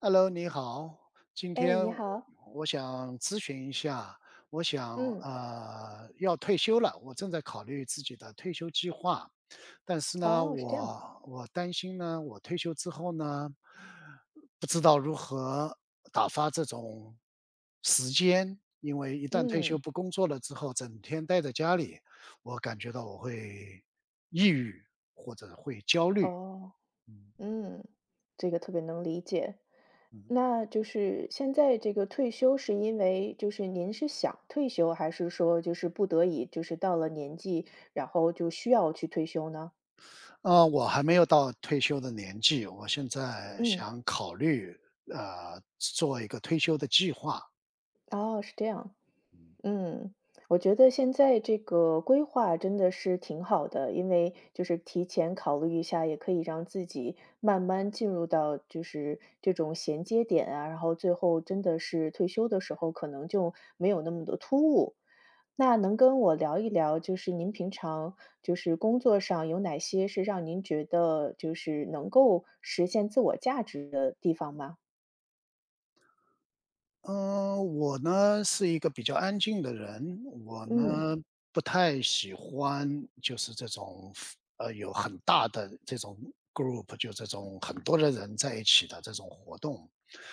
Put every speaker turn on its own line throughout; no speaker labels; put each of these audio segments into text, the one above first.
Hello，你好，今
哎，
天
你好，
我想咨询一下，我想
嗯，
要退休了，我正在考虑自己的退休计划，但是呢，
哦，是这样，
我担心呢，我退休之后呢，不知道如何打发这种时间，因为一旦退休
嗯，
不工作了之后，整天待在家里，我感觉到我会抑郁或者会焦虑，
哦，
嗯
嗯，这个特别能理解。
嗯。
那就是现在这个退休是因为就是您是想退休，还是说就是不得已，就是到了年纪，然后就需要去退休呢？
啊，我还没有到退休的年纪，我现在
嗯，
想考虑，做一个退休的计划。
哦，是这样。嗯，我觉得现在这个规划真的是挺好的，因为就是提前考虑一下，也可以让自己慢慢进入到就是这种衔接点啊，然后最后真的是退休的时候，可能就没有那么的突兀。那能跟我聊一聊，就是您平常就是工作上有哪些是让您觉得就是能够实现自我价值的地方吗？
嗯，我呢是一个比较安静的人，我
嗯
不太喜欢就是这种有很大的这种 group，就这种很多的人在一起的这种活动。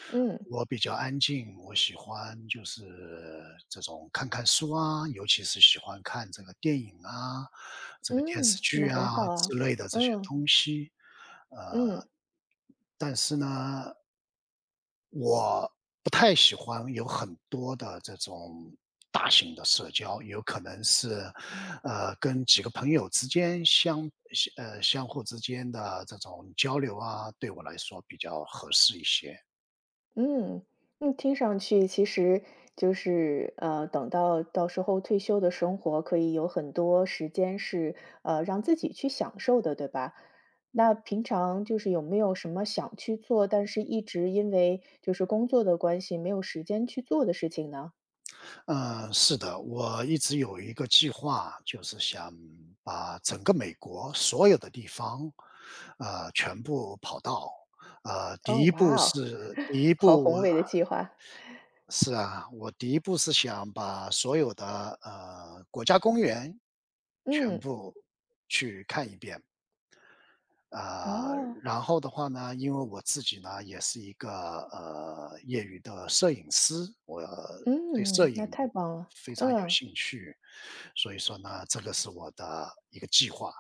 嗯
我比较安静，我喜欢就是这种看看书啊，尤其是喜欢看这个电影啊，这个电视
嗯，
剧
那很好
啊之
啊，
类的这些
嗯
东西。呃，
嗯。
但是呢我不太喜欢有很多的这种大型的社交，有可能是，呃，跟几个朋友之间相互之间的这种交流啊，对我来说比较合适一些。
嗯，嗯，听上去其实就是，等到到时候退休的生活可以有很多时间是，让自己去享受的，对吧？那平常就是有没有什么想去做，但是一直因为就是工作的关系没有时间去做的事情呢？
嗯，是的，我一直有一个计划，就是想把整个美国所有的地方，全部跑到。
哦，哇哦，
第一
好
步我
宏伟的计划。
我第一步是想把所有的国家公园全
嗯，
部去看一遍啊、
哦，
然后的话呢，因为我自己呢也是一个业余的摄影师，我对摄
嗯，
影
那太棒了，
非常有
嗯。
兴趣，所以说呢，这个是我的一个计划。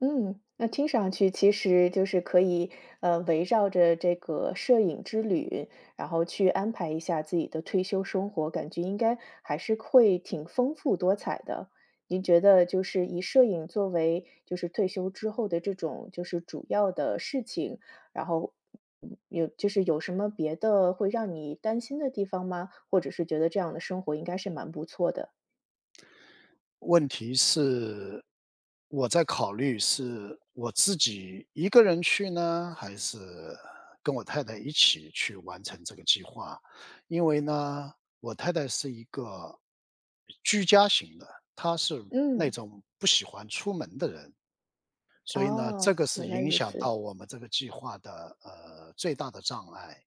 嗯，那听上去其实就是可以，围绕着这个摄影之旅，然后去安排一下自己的退休生活，感觉应该还是会挺丰富多彩的。您觉得就是以摄影作为就是退休之后的这种就是主要的事情，然后嗯有就是有什么别的会让你担心的地方吗？或者是觉得这样的生活应该是蛮不错的？
问题是，我在考虑是我自己一个人去呢，还是跟我太太一起去完成这个计划。因为呢，我太太是一个居家型的，她是那
嗯，
种不喜欢出门的人，所以呢，这
哦，
个是
原来
影
如
响
此。
到我们这个计划的，最大的障碍。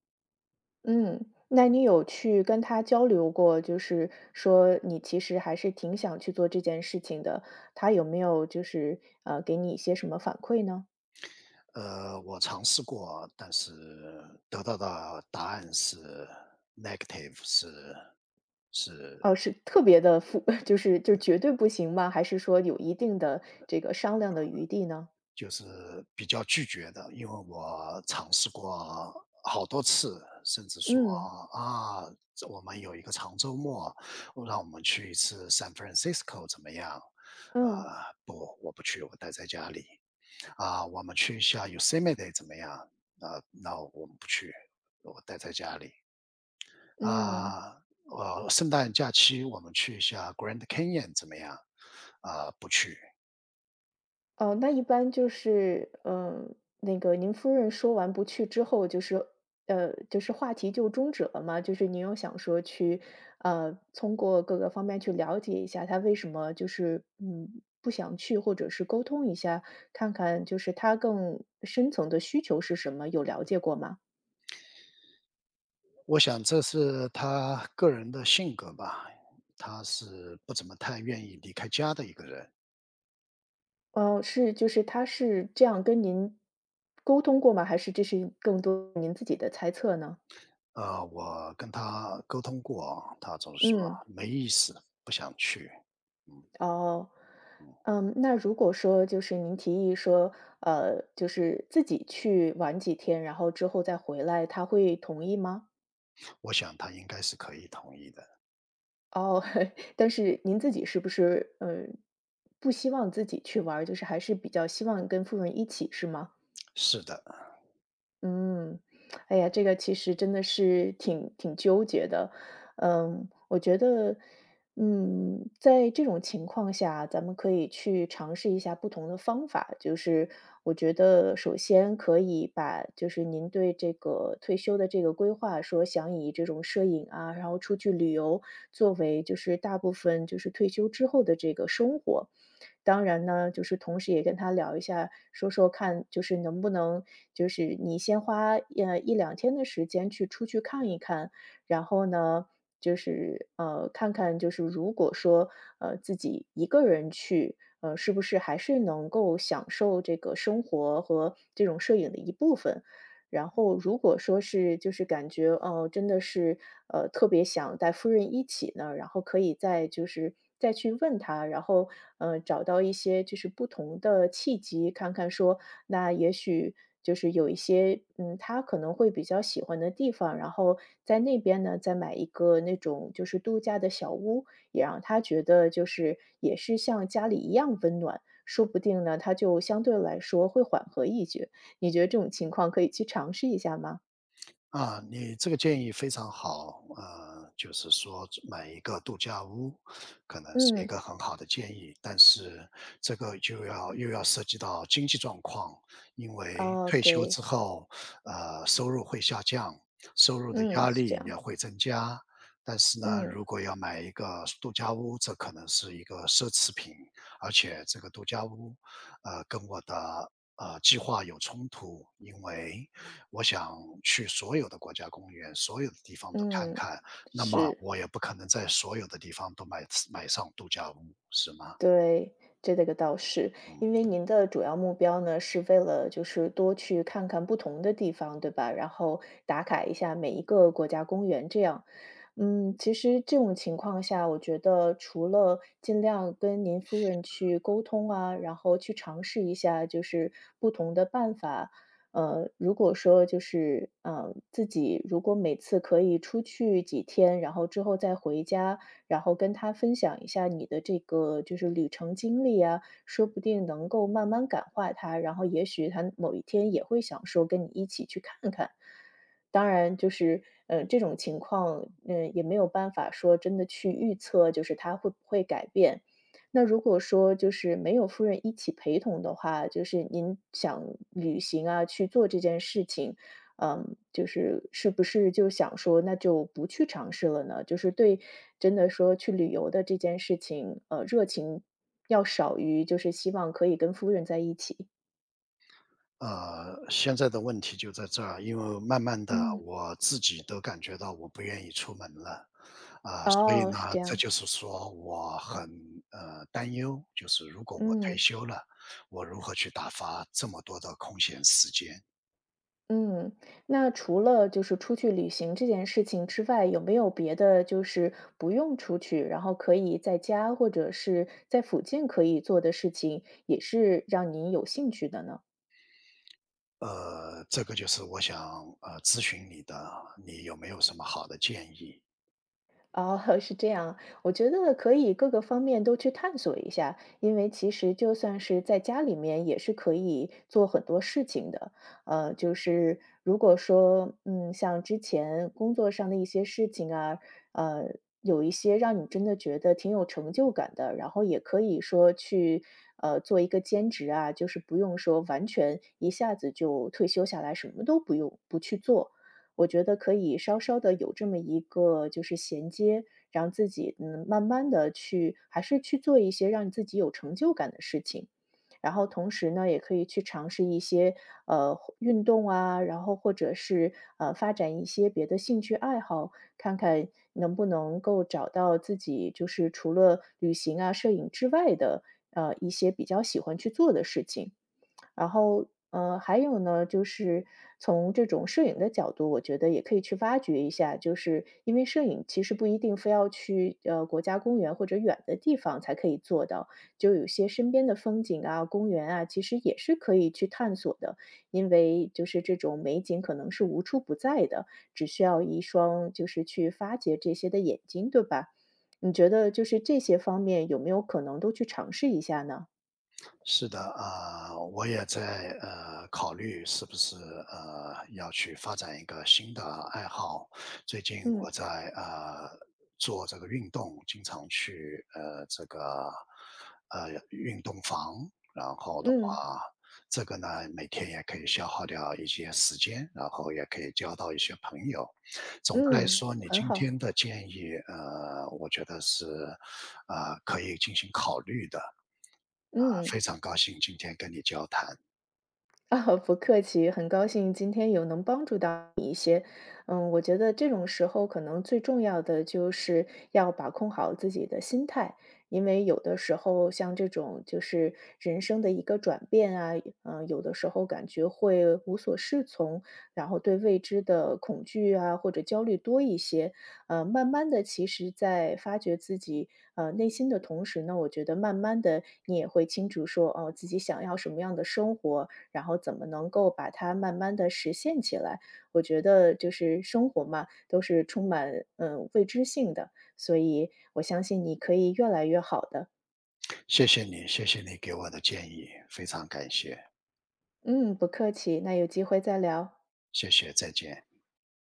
嗯，那你有去跟他交流过，就是说你其实还是挺想去做这件事情的，他有没有就是给你一些什么反馈呢？
我尝试过，但是得到的答案是 negative，是
哦，是特别的负，就是就绝对不行吗？还是说有一定的这个商量的余地呢？
就是比较拒绝的，因为我尝试过好多次，甚至说
嗯
啊，这我们有一个长周末，让我们去一次 San Francisco 怎么样？呃，
嗯
不，我不去，我待在家里。啊，我们去一下 Yosemite 怎么样？啊，那我们不去，我待在家里。
嗯。
啊，圣诞假期我们去一下 Grand Canyon 怎么样？啊，不去，
哦，那一般就是，嗯，那个您夫人说完不去之后，就是，就是话题就终止了吗？就是您有想说去，通过各个方面去了解一下他为什么就是，嗯，不想去，或者是沟通一下，看看就是他更深层的需求是什么，有了解过吗？
我想这是他个人的性格吧，他是不怎么太愿意离开家的一个人。
哦，是，就是他是这样跟您沟通过吗？还是这是更多您自己的猜测呢？
啊，我跟他沟通过，他总是说
嗯。
没意思，不想去。嗯
哦，
嗯，
嗯，那如果说就是您提议说，就是自己去玩几天，然后之后再回来，他会同意吗？
我想他应该是可以同意的。
哦，但是您自己是不是，嗯，不希望自己去玩儿就是还是比较希望跟夫人一起，是吗？
是的，
嗯，哎呀，这个其实真的是挺纠结的。嗯，我觉得，嗯，在这种情况下，咱们可以去尝试一下不同的方法。就是我觉得，首先可以把就是您对这个退休的这个规划，说想以这种摄影啊，然后出去旅游，作为就是大部分就是退休之后的这个生活。当然呢，就是同时也跟他聊一下，说说看，就是能不能，就是你先花一两天的时间去出去看一看，然后呢，就是看看，就是如果说自己一个人去，是不是还是能够享受这个生活和这种摄影的一部分？然后如果说是就是感觉哦，真的是，特别想带夫人一起呢，然后可以再就是再去问她，然后，找到一些就是不同的契机，看看说那也许就是有一些，嗯，他可能会比较喜欢的地方，然后在那边呢，再买一个那种就是度假的小屋，也让他觉得就是也是像家里一样温暖，说不定呢，他就相对来说会缓和一些。你觉得这种情况可以去尝试一下吗？
啊，你这个建议非常好，就是说买一个度假屋，可能是一
嗯，
个很好的建议，但是这个又要涉及到经济状况，因为
哦，
退休之
对，
后，收入会下降，收入的
嗯，
压
是这
力也
样，
会增加。但是呢，
嗯
如果要买一个度假屋，这可能是一个奢侈品，而且这个度假屋，跟我的计划有冲突，因为我想去所有的国家公园，所有的地方都看
嗯，
看，那么
是。
我也不可能在所有的地方都买上度假屋，是吗？
对，这个倒是，因为您的主要目标呢，是为了就是多去看看不同的地方，对吧？然后打卡一下每一个国家公园这样。嗯，其实这种情况下，我觉得除了尽量跟您夫人去沟通啊，然后去尝试一下就是不同的办法。如果说就是自己如果每次可以出去几天，然后之后再回家，然后跟他分享一下你的这个就是旅程经历啊，说不定能够慢慢感化他，然后也许他某一天也会想说跟你一起去看看。当然，就是这种情况，嗯，也没有办法说真的去预测，就是他会不会改变。那如果说就是没有夫人一起陪同的话，就是您想旅行啊，去做这件事情，嗯，就是是不是就想说那就不去尝试了呢？就是对真的说去旅游的这件事情，热情要少于就是希望可以跟夫人在一起。
现在的问题就在这儿，因为慢慢的
嗯。
我自己都感觉到我不愿意出门了，啊，所以
哦，是
呢，
这
这
样，
就是说我很，担忧，就是如果我退
嗯，
休了，我如何去打发这么多的空闲时间？
嗯。那除了就是出去旅行这件事情之外，有没有别的就是不用出去，然后可以在家或者是在附近可以做的事情，也是让您有兴趣的呢？
这个就是我想，咨询你的，你有没有什么好的建议？
哦，是这样。我觉得可以各个方面都去探索一下，因为其实就算是在家里面也是可以做很多事情的。就是如果说，嗯，像之前工作上的一些事情啊，呃，有一些让你真的觉得挺有成就感的，然后也可以说去，做一个兼职啊，就是不用说完全一下子就退休下来，什么都不用，不去做。我觉得可以稍稍的有这么一个就是衔接，让自己，嗯，慢慢的去还是去做一些让自己有成就感的事情。然后同时呢，也可以去尝试一些，呃，运动啊，然后或者是，发展一些别的兴趣爱好，看看能不能够找到自己就是除了旅行啊、摄影之外的，一些比较喜欢去做的事情。然后，还有呢，就是从这种摄影的角度，我觉得也可以去挖掘一下，就是因为摄影其实不一定非要去国家公园或者远的地方才可以做到，就有些身边的风景啊、公园啊，其实也是可以去探索的。因为就是这种美景可能是无处不在的，只需要一双就是去发掘这些的眼睛，对吧？你觉得就是这些方面有没有可能都去尝试一下呢？
是的，啊、我也在考虑是不是要去发展一个新的爱好。最近
嗯
我在做这个运动，经常去这个运动房，然后的
嗯，
话，这个呢每天也可以消耗掉一些时间，然后也可以交到一些朋友。总的来
嗯，
说，你
很
今
好，
天的建议，我觉得是可以进行考虑的。啊，
嗯，
非常高兴今天跟你交谈，
啊，不客气，很高兴今天有能帮助到你一些。嗯，我觉得这种时候可能最重要的就是要把控好自己的心态，因为有的时候像这种就是人生的一个转变啊，嗯，有的时候感觉会无所适从，然后对未知的恐惧啊或者焦虑多一些。慢慢的，其实，在发掘自己内心的同时呢，我觉得慢慢的你也会清楚说，哦、自己想要什么样的生活，然后怎么能够把它慢慢的实现起来。我觉得就是生活嘛，都是充满，嗯，未知性的，所以我相信你可以越来越好的。
谢谢你，谢谢你给我的建议，非常感谢，
嗯，不客气，那有机会再聊。
谢谢，再见。